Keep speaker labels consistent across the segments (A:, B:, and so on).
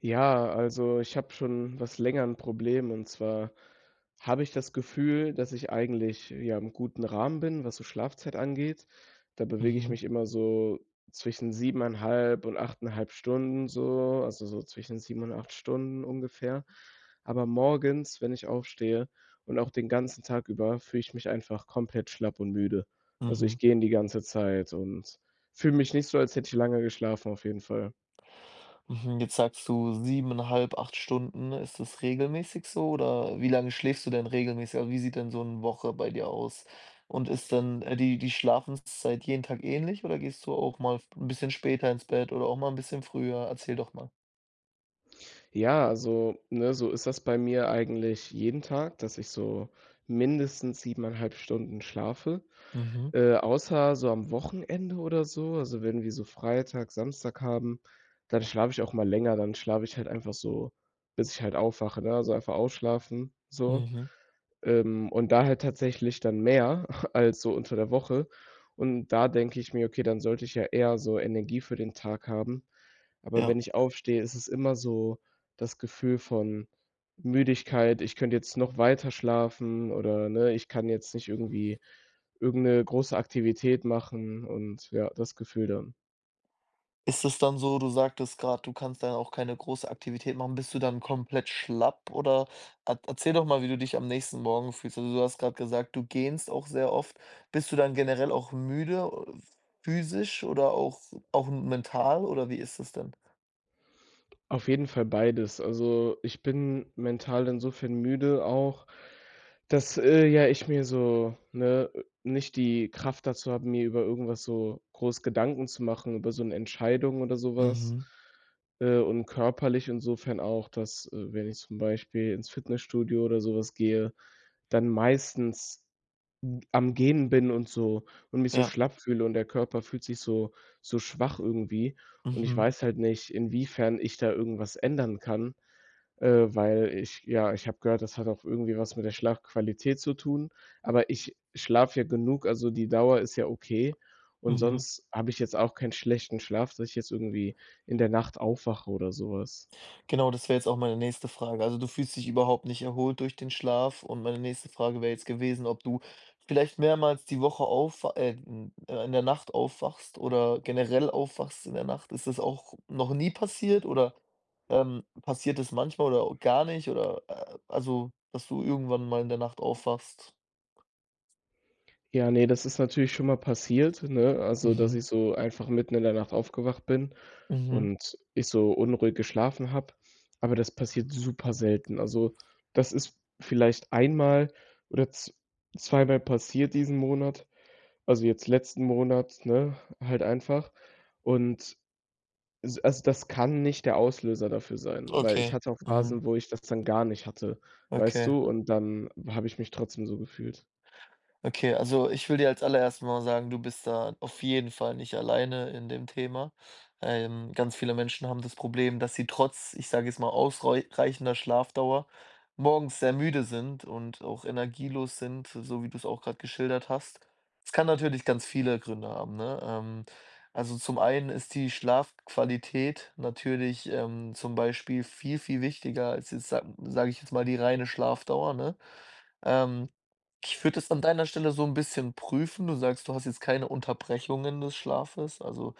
A: Ja, also ich habe schon was länger ein Problem und zwar habe ich das Gefühl, dass ich eigentlich, ja, im guten Rahmen bin, was so Schlafzeit angeht. Da bewege ich
B: Mhm,
A: mich immer so zwischen 7,5 und 8,5 Stunden so, also so zwischen 7 und 8 Stunden ungefähr. Aber morgens, wenn ich aufstehe und auch den ganzen Tag über, fühle ich mich einfach komplett schlapp und müde. Also
B: mhm,
A: ich gehe in die ganze Zeit und fühle mich nicht so, als hätte ich lange geschlafen auf jeden Fall.
B: mhm. Jetzt sagst du 7,5, 8 Stunden. Ist das regelmäßig so oder wie lange schläfst du denn regelmäßig? Also, wie sieht denn so eine Woche bei dir aus? Und ist dann, die Schlafenszeit jeden Tag ähnlich oder gehst du auch mal ein bisschen später ins Bett oder auch mal ein bisschen früher? Erzähl doch mal.
A: Ja, also, ne, so ist das bei mir eigentlich jeden Tag, dass ich so mindestens 7,5 Stunden schlafe,
B: Mhm,
A: außer so am Wochenende oder so. Also, wenn wir so Freitag, Samstag haben, dann schlafe ich auch mal länger. Dann schlafe ich halt einfach so, bis ich halt aufwache, ne? Also, einfach ausschlafen, so.
B: mhm,
A: Und da halt tatsächlich dann mehr als so unter der Woche. Und da denke ich mir: „Okay, dann sollte ich ja eher so Energie für den Tag haben.“ Aber
B: ja.
A: wenn ich aufstehe, ist es immer so das Gefühl von Müdigkeit, ich könnte jetzt noch weiter schlafen oder, ne, ich kann jetzt nicht irgendwie irgend 'ne große Aktivität machen und ja, das Gefühl dann.
B: Ist es dann so, du sagtest gerade, du kannst dann auch keine große Aktivität machen. Bist du dann komplett schlapp oder er erzähl doch mal, wie du dich am nächsten Morgen fühlst. Also, du hast gerade gesagt, du gähnst auch sehr oft. Bist du dann generell auch müde, physisch oder auch mental oder wie ist es denn?
A: Auf jeden Fall beides. Also, ich bin mental insofern müde auch, dass, ja, ich mir so ne, nicht die Kraft dazu habe, mir über irgendwas so groß Gedanken zu machen, über so 'ne Entscheidung oder so was.
B: Mhm.
A: Und körperlich insofern auch, dass, wenn ich zum Beispiel ins Fitnessstudio oder so was gehe, dann meistens am Gehen bin und so und mich so
B: Ja.
A: schlapp fühle und der Körper fühlt sich so so schwach irgendwie. Und ich
B: Mhm.
A: weiß halt nicht, inwiefern ich da irgendwas ändern kann. Weil ich ja, ich habe gehört, das hat auch irgendwie was mit der Schlafqualität zu tun, aber ich schlafe ja genug, also die Dauer ist ja okay. Und
B: Mhm.
A: sonst habe ich jetzt auch keinen schlechten Schlaf, dass ich jetzt irgendwie in der Nacht aufwache oder sowas.
B: Genau, das wäre jetzt auch meine nächste Frage. Also, du fühlst dich überhaupt nicht erholt durch den Schlaf und meine nächste Frage wäre jetzt gewesen, ob du vielleicht mehrmals die Woche auf n in der Nacht aufwachst oder generell aufwachst in der Nacht. Ist das auch noch nie passiert oder, passiert es manchmal oder au gar nicht oder, also, dass du irgendwann mal in der Nacht aufwachst?
A: Ja, ne, das ist natürlich schon mal passiert, ne? Also, dass
B: Mhm,
A: ich so einfach mitten in der Nacht aufgewacht bin
B: mhm,
A: und ich so unruhig geschlafen habe, aber das passiert super selten. Also, das ist vielleicht einmal oder z zweimal passiert diesen Monat. Also, jetzt letzten Monat, ne, halt einfach. Und s also, das kann nicht der Auslöser dafür sein, weil ich
B: okay,
A: hatte auch
B: mhm,
A: Phasen, wo ich das dann gar nicht hatte, weißt
B: okay.
A: du? Und dann habe ich mich trotzdem so gefühlt.
B: Okay, also ich will dir als allererstes mal sagen, du bist da auf jeden Fall nicht alleine in dem Thema. Ganz viele Menschen haben das Problem, dass sie trotz, ich sage jetzt mal, ausreichender Schlafdauer morgens sehr müde sind und auch energielos sind, so wie du es auch gerade geschildert hast. Es kann natürlich ganz viele Gründe haben, ne? Also zum einen ist die Schlafqualität natürlich zum Beispiel viel, viel wichtiger als jetzt, sag ich jetzt mal, die reine Schlafdauer, ne? Ähm, Ich würde es an deiner Stelle so ein bisschen prüfen. Du sagst, du hast jetzt keine Unterbrechungen des Schlafes, also,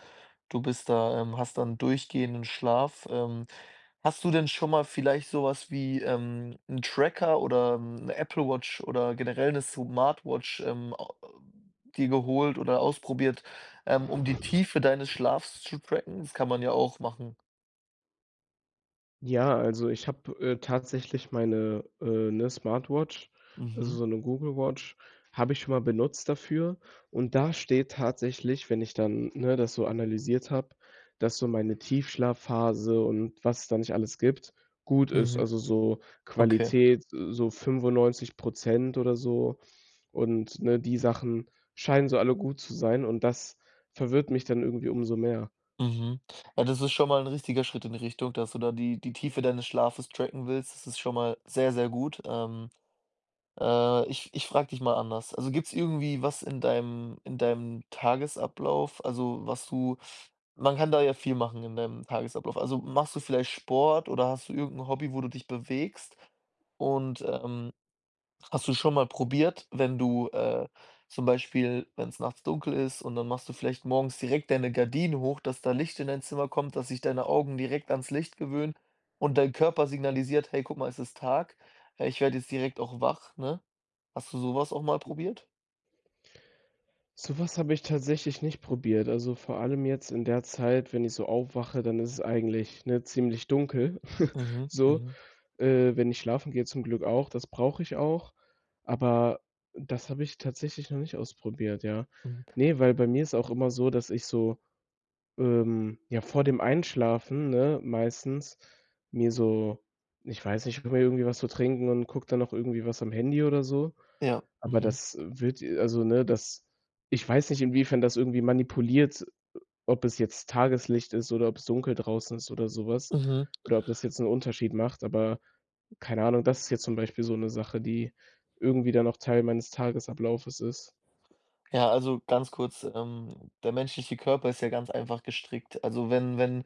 B: du bist da hast dann durchgehenden Schlaf. Hast du denn schon mal vielleicht sowas wie, 'n Tracker oder eine Apple Watch oder generell eine Smartwatch, au dir geholt oder ausprobiert, um die Tiefe deines Schlafs zu tracken? Das kann man ja auch machen.
A: Ja, also ich habe, tatsächlich meine, 'ne Smartwatch, also
B: Mhm,
A: so eine Google Watch, habe ich schon mal benutzt dafür und da steht tatsächlich, wenn ich dann, ne, das so analysiert habe, dass so meine Tiefschlafphase und was es da nicht alles gibt, gut ist.
B: mhm,
A: Also so
B: okay.
A: Qualität, so 95 oder so und, ne, die Sachen scheinen so alle gut zu sein und das verwirrt mich dann irgendwie umso mehr.
B: Mhm. Ja, das ist schon mal ein richtiger Schritt in die Richtung, dass du da die Tiefe deines Schlafes tracken willst. Das ist schon mal sehr, sehr gut. Ich frage dich mal anders. Also, gibt's irgendwie was in deinem Tagesablauf, also, was du man kann da ja viel machen in deinem Tagesablauf. Also, machst du vielleicht Sport oder hast du irgendein Hobby, wo du dich bewegst? Und, ähm Hast du schon mal probiert, wenn du, zum Beispiel wenn es nachts dunkel ist und dann machst du vielleicht morgens direkt deine Gardinen hoch, dass da Licht in dein Zimmer kommt, dass sich deine Augen direkt ans Licht gewöhnen und dein Körper signalisiert: „Hey, guck mal, es ist Tag. Ich werde jetzt direkt auch wach“, ne? Hast du sowas auch mal probiert?
A: So was habe ich tatsächlich nicht probiert. Also, vor allem jetzt in der Zeit, wenn ich so aufwache, dann ist es eigentlich, ne, ziemlich dunkel,
B: Mhm,
A: so.
B: mhm,
A: Wenn ich schlafen gehe zum Glück auch, das brauche ich auch, aber das habe ich tatsächlich noch nicht ausprobiert, ja.
B: mhm.
A: Ne, weil bei mir ist auch immer so, dass ich so, ja, vor dem Einschlafen, ne, meistens mir so, ich weiß nicht, ich hole mir irgendwie was zu trinken und gucke dann noch irgendwie was am Handy oder so,
B: Ja,
A: aber
B: mhm,
A: das wird also, ne, das, ich weiß nicht, inwiefern das irgendwie manipuliert, ob es jetzt Tageslicht ist oder ob's dunkel draußen ist oder so was
B: mhm.
A: oder ob das jetzt 'n Unterschied macht, aber keine Ahnung, das ist jetzt zum Beispiel so 'ne Sache, die irgendwie dann auch Teil meines Tagesablaufes ist.
B: Ja, also ganz kurz, der menschliche Körper ist ja ganz einfach gestrickt. Also, wenn wenn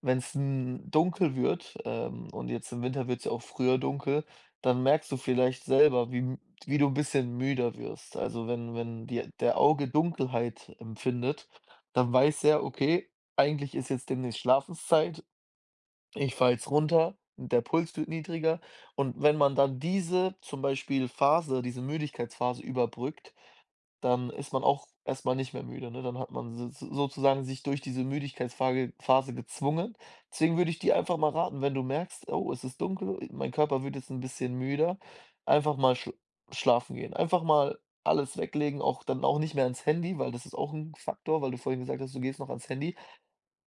B: Wenn es dunkel wird, und jetzt im Winter wird's ja auch früher dunkel, dann merkst du vielleicht selber, wie du ein bisschen müder wirst. Also, wenn dir der Auge Dunkelheit empfindet, dann weiß er: „Okay, eigentlich ist jetzt demnächst Schlafenszeit. Ich fahre jetzt runter, der Puls wird niedriger.“ Und wenn man dann diese zum Beispiel Phase, diese Müdigkeitsphase überbrückt, dann ist man auch erst mal nicht mehr müde, ne? Dann hat man so sozusagen sich durch diese Müdigkeitsphase Phase gezwungen. Deswegen würde ich dir einfach mal raten, wenn du merkst: „Oh, es ist dunkel, mein Körper wird jetzt ein bisschen müder“, einfach mal schlafen gehen. Einfach mal alles weglegen, auch dann auch nicht mehr ans Handy, weil das ist auch ein Faktor, weil du vorhin gesagt hast, du gehst noch ans Handy.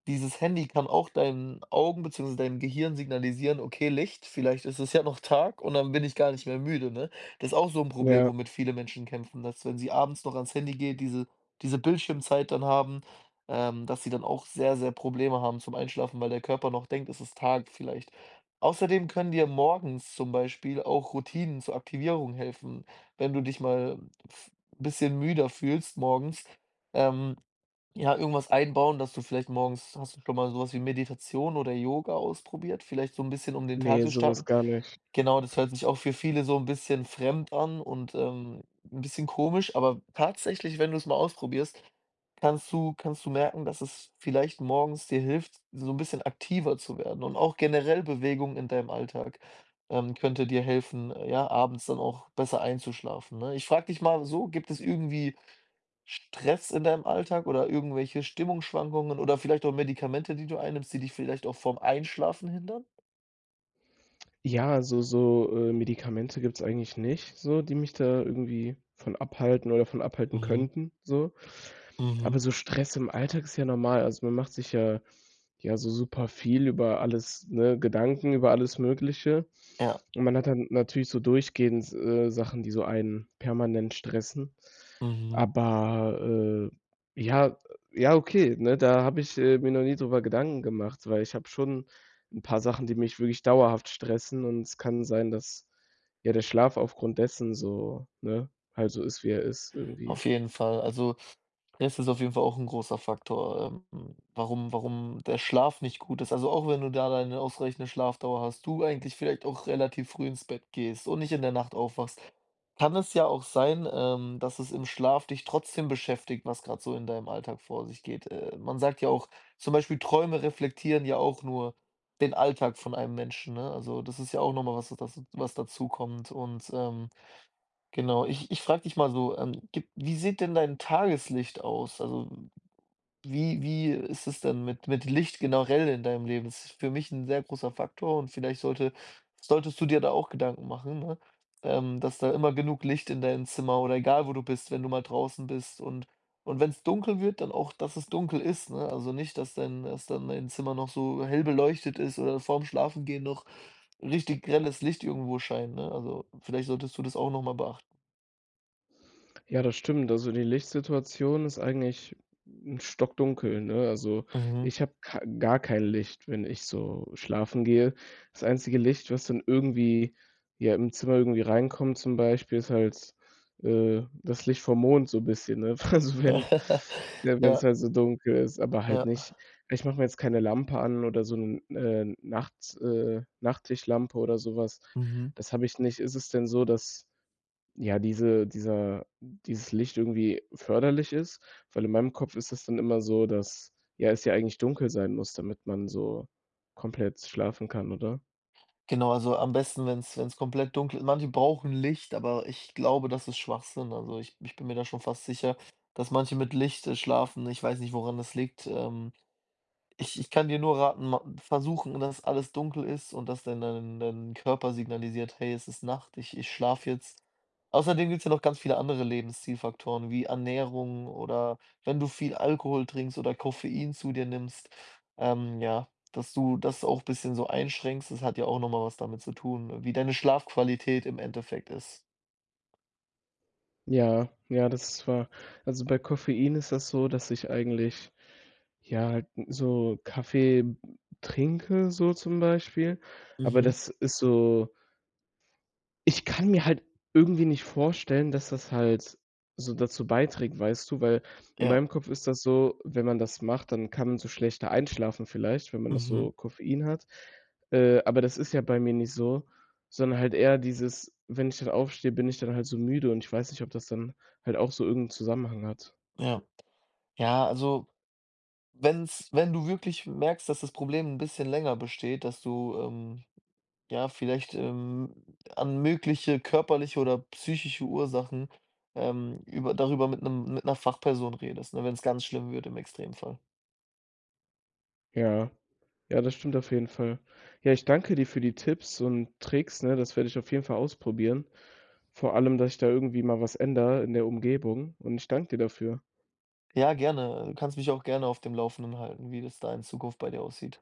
B: Dieses Handy kann auch deinen Augen beziehungsweise deinem Gehirn signalisieren: „Okay, Licht, vielleicht ist es ja noch Tag und dann bin ich gar nicht mehr müde“, ne? Das ist auch so ein Problem,
A: Ja,
B: womit viele Menschen kämpfen, dass wenn sie abends noch ans Handy geht, diese Bildschirmzeit dann haben, dass sie dann auch sehr, sehr Probleme haben zum Einschlafen, weil der Körper noch denkt, es ist Tag vielleicht. Außerdem können dir morgens zum Beispiel auch Routinen zur Aktivierung helfen, wenn du dich mal f bisschen müder fühlst morgens, ähm ja, irgendwas einbauen, dass du vielleicht morgens hast du schon mal sowas wie Meditation oder Yoga ausprobiert? Vielleicht so ein bisschen, um den Tag
A: ne,
B: zu
A: so was
B: starten?
A: gar nicht.
B: Genau, das hört sich auch für viele so ein bisschen fremd an und, 'n bisschen komisch, aber tatsächlich, wenn du es mal ausprobierst, kannst du merken, dass es vielleicht morgens dir hilft, so ein bisschen aktiver zu werden und auch generell Bewegung in deinem Alltag, könnte dir helfen, ja, abends dann auch besser einzuschlafen, ne? Ich frage dich mal so, gibt es irgendwie Stress in deinem Alltag oder irgendwelche Stimmungsschwankungen oder vielleicht auch Medikamente, die du einnimmst, die dich vielleicht auch vorm Einschlafen hindern?
A: Ja, so so, Medikamente gibt's eigentlich nicht so, die mich da irgendwie von abhalten oder von abhalten
B: Mhm,
A: könnten, so. Aber
B: mhm,
A: so Stress im Alltag ist ja normal. Also, man macht sich ja ja so super viel über alles, ne, Gedanken über alles Mögliche.
B: ja.
A: Und man hat dann natürlich so durchgehend, Sachen, die so einen permanent stressen.
B: Mhm.
A: Aber, äh, ja ja, okay, ne, da habe ich, mir noch nie drüber Gedanken gemacht, weil ich habe schon ein paar Sachen, die mich wirklich dauerhaft stressen und es kann sein, dass, ja, der Schlaf aufgrund dessen so, ne, halt so ist, wie er ist irgendwie.
B: Auf jeden Fall. Also, Stress ist auf jeden Fall auch ein großer Faktor, warum der Schlaf nicht gut ist. Also, auch wenn du da deine ausreichende Schlafdauer hast, du eigentlich vielleicht auch relativ früh ins Bett gehst und nicht in der Nacht aufwachst, kann es ja auch sein, dass es im Schlaf dich trotzdem beschäftigt, was gerade so in deinem Alltag vor sich geht. Man sagt ja auch zum Beispiel, Träume reflektieren ja auch nur den Alltag von einem Menschen, ne? Also, das ist ja auch nochmal was, das was dazukommt und. Genau, ich frage dich mal so, gibt wie sieht denn dein Tageslicht aus? Also, wie ist es denn mit Licht generell in deinem Leben? Das ist für mich ein sehr großer Faktor und vielleicht solltest du dir da auch Gedanken machen, ne, dass da immer genug Licht in deinem Zimmer oder egal, wo du bist, wenn du mal draußen bist und wenn es dunkel wird, dann auch, dass es dunkel ist, ne? Also, nicht, dass dein dass dann dein Zimmer noch so hell beleuchtet ist oder vorm Schlafengehen noch richtig grelles Licht irgendwo scheint, ne? Also, vielleicht solltest du das auch noch mal beachten.
A: Ja, das stimmt. Also, die Lichtsituation ist eigentlich 'n stockdunkel, ne? Also,
B: Mhm.
A: ich habe ka gar kein Licht, wenn ich so schlafen gehe. Das einzige Licht, was dann irgendwie ja, im Zimmer irgendwie reinkommt zum Beispiel, ist halt, das Licht vom Mond so ein bisschen, ne? Also, wenn ja, wenn es
B: Ja,
A: halt so dunkel ist, aber halt
B: ja.
A: nicht, ich mache mir jetzt keine Lampe an oder so eine Nachts Nachttischlampe oder sowas.
B: Mhm.
A: Das habe ich nicht. Ist es denn so, dass ja, dieses Licht irgendwie förderlich ist, weil in meinem Kopf ist es dann immer so, dass ja, es ja eigentlich dunkel sein muss, damit man so komplett schlafen kann, oder?
B: Genau, also am besten, wenn es komplett dunkel ist. Manche brauchen Licht, aber ich glaube, das ist Schwachsinn. Also ich bin mir da schon fast sicher, dass manche mit Licht, schlafen. Ich weiß nicht, woran das liegt. Ich kann dir nur raten, ma versuchen, dass alles dunkel ist und dass dein Körper signalisiert: „Hey, es ist Nacht, ich schlafe jetzt.“ Außerdem gibt's ja noch ganz viele andere Lebenszielfaktoren wie Ernährung oder wenn du viel Alkohol trinkst oder Koffein zu dir nimmst, ja, dass du das auch ein bisschen so einschränkst. Das hat ja auch noch mal was damit zu tun, wie deine Schlafqualität im Endeffekt ist.
A: Ja, ja, das war also, bei Koffein ist das so, dass ich eigentlich, ja, halt so Kaffee trinke so zum Beispiel, aber
B: Mhm.
A: das ist so, ich kann mir halt irgendwie nicht vorstellen, dass das halt so dazu beiträgt, weißt du? Weil in
B: Ja.
A: meinem Kopf ist das so, wenn man das macht, dann kann man so schlechter einschlafen vielleicht, wenn man noch
B: Mhm.
A: so Koffein hat. Aber das ist ja bei mir nicht so, sondern halt eher dieses, wenn ich dann aufstehe, bin ich dann halt so müde und ich weiß nicht, ob das dann halt auch so irgendeinen Zusammenhang hat.
B: Ja. Ja, also wenn du wirklich merkst, dass das Problem ein bisschen länger besteht, dass du, ja, vielleicht, an mögliche körperliche oder psychische Ursachen, über darüber mit einer Fachperson redest, ne, wenn es ganz schlimm wird im Extremfall.
A: Ja. Ja, das stimmt auf jeden Fall. Ja, ich danke dir für die Tipps und Tricks, ne? Das werde ich auf jeden Fall ausprobieren. Vor allem, dass ich da irgendwie mal was ändere in der Umgebung und ich danke dir dafür.
B: Ja, gerne. Du kannst mich auch gerne auf dem Laufenden halten, wie das da in Zukunft bei dir aussieht.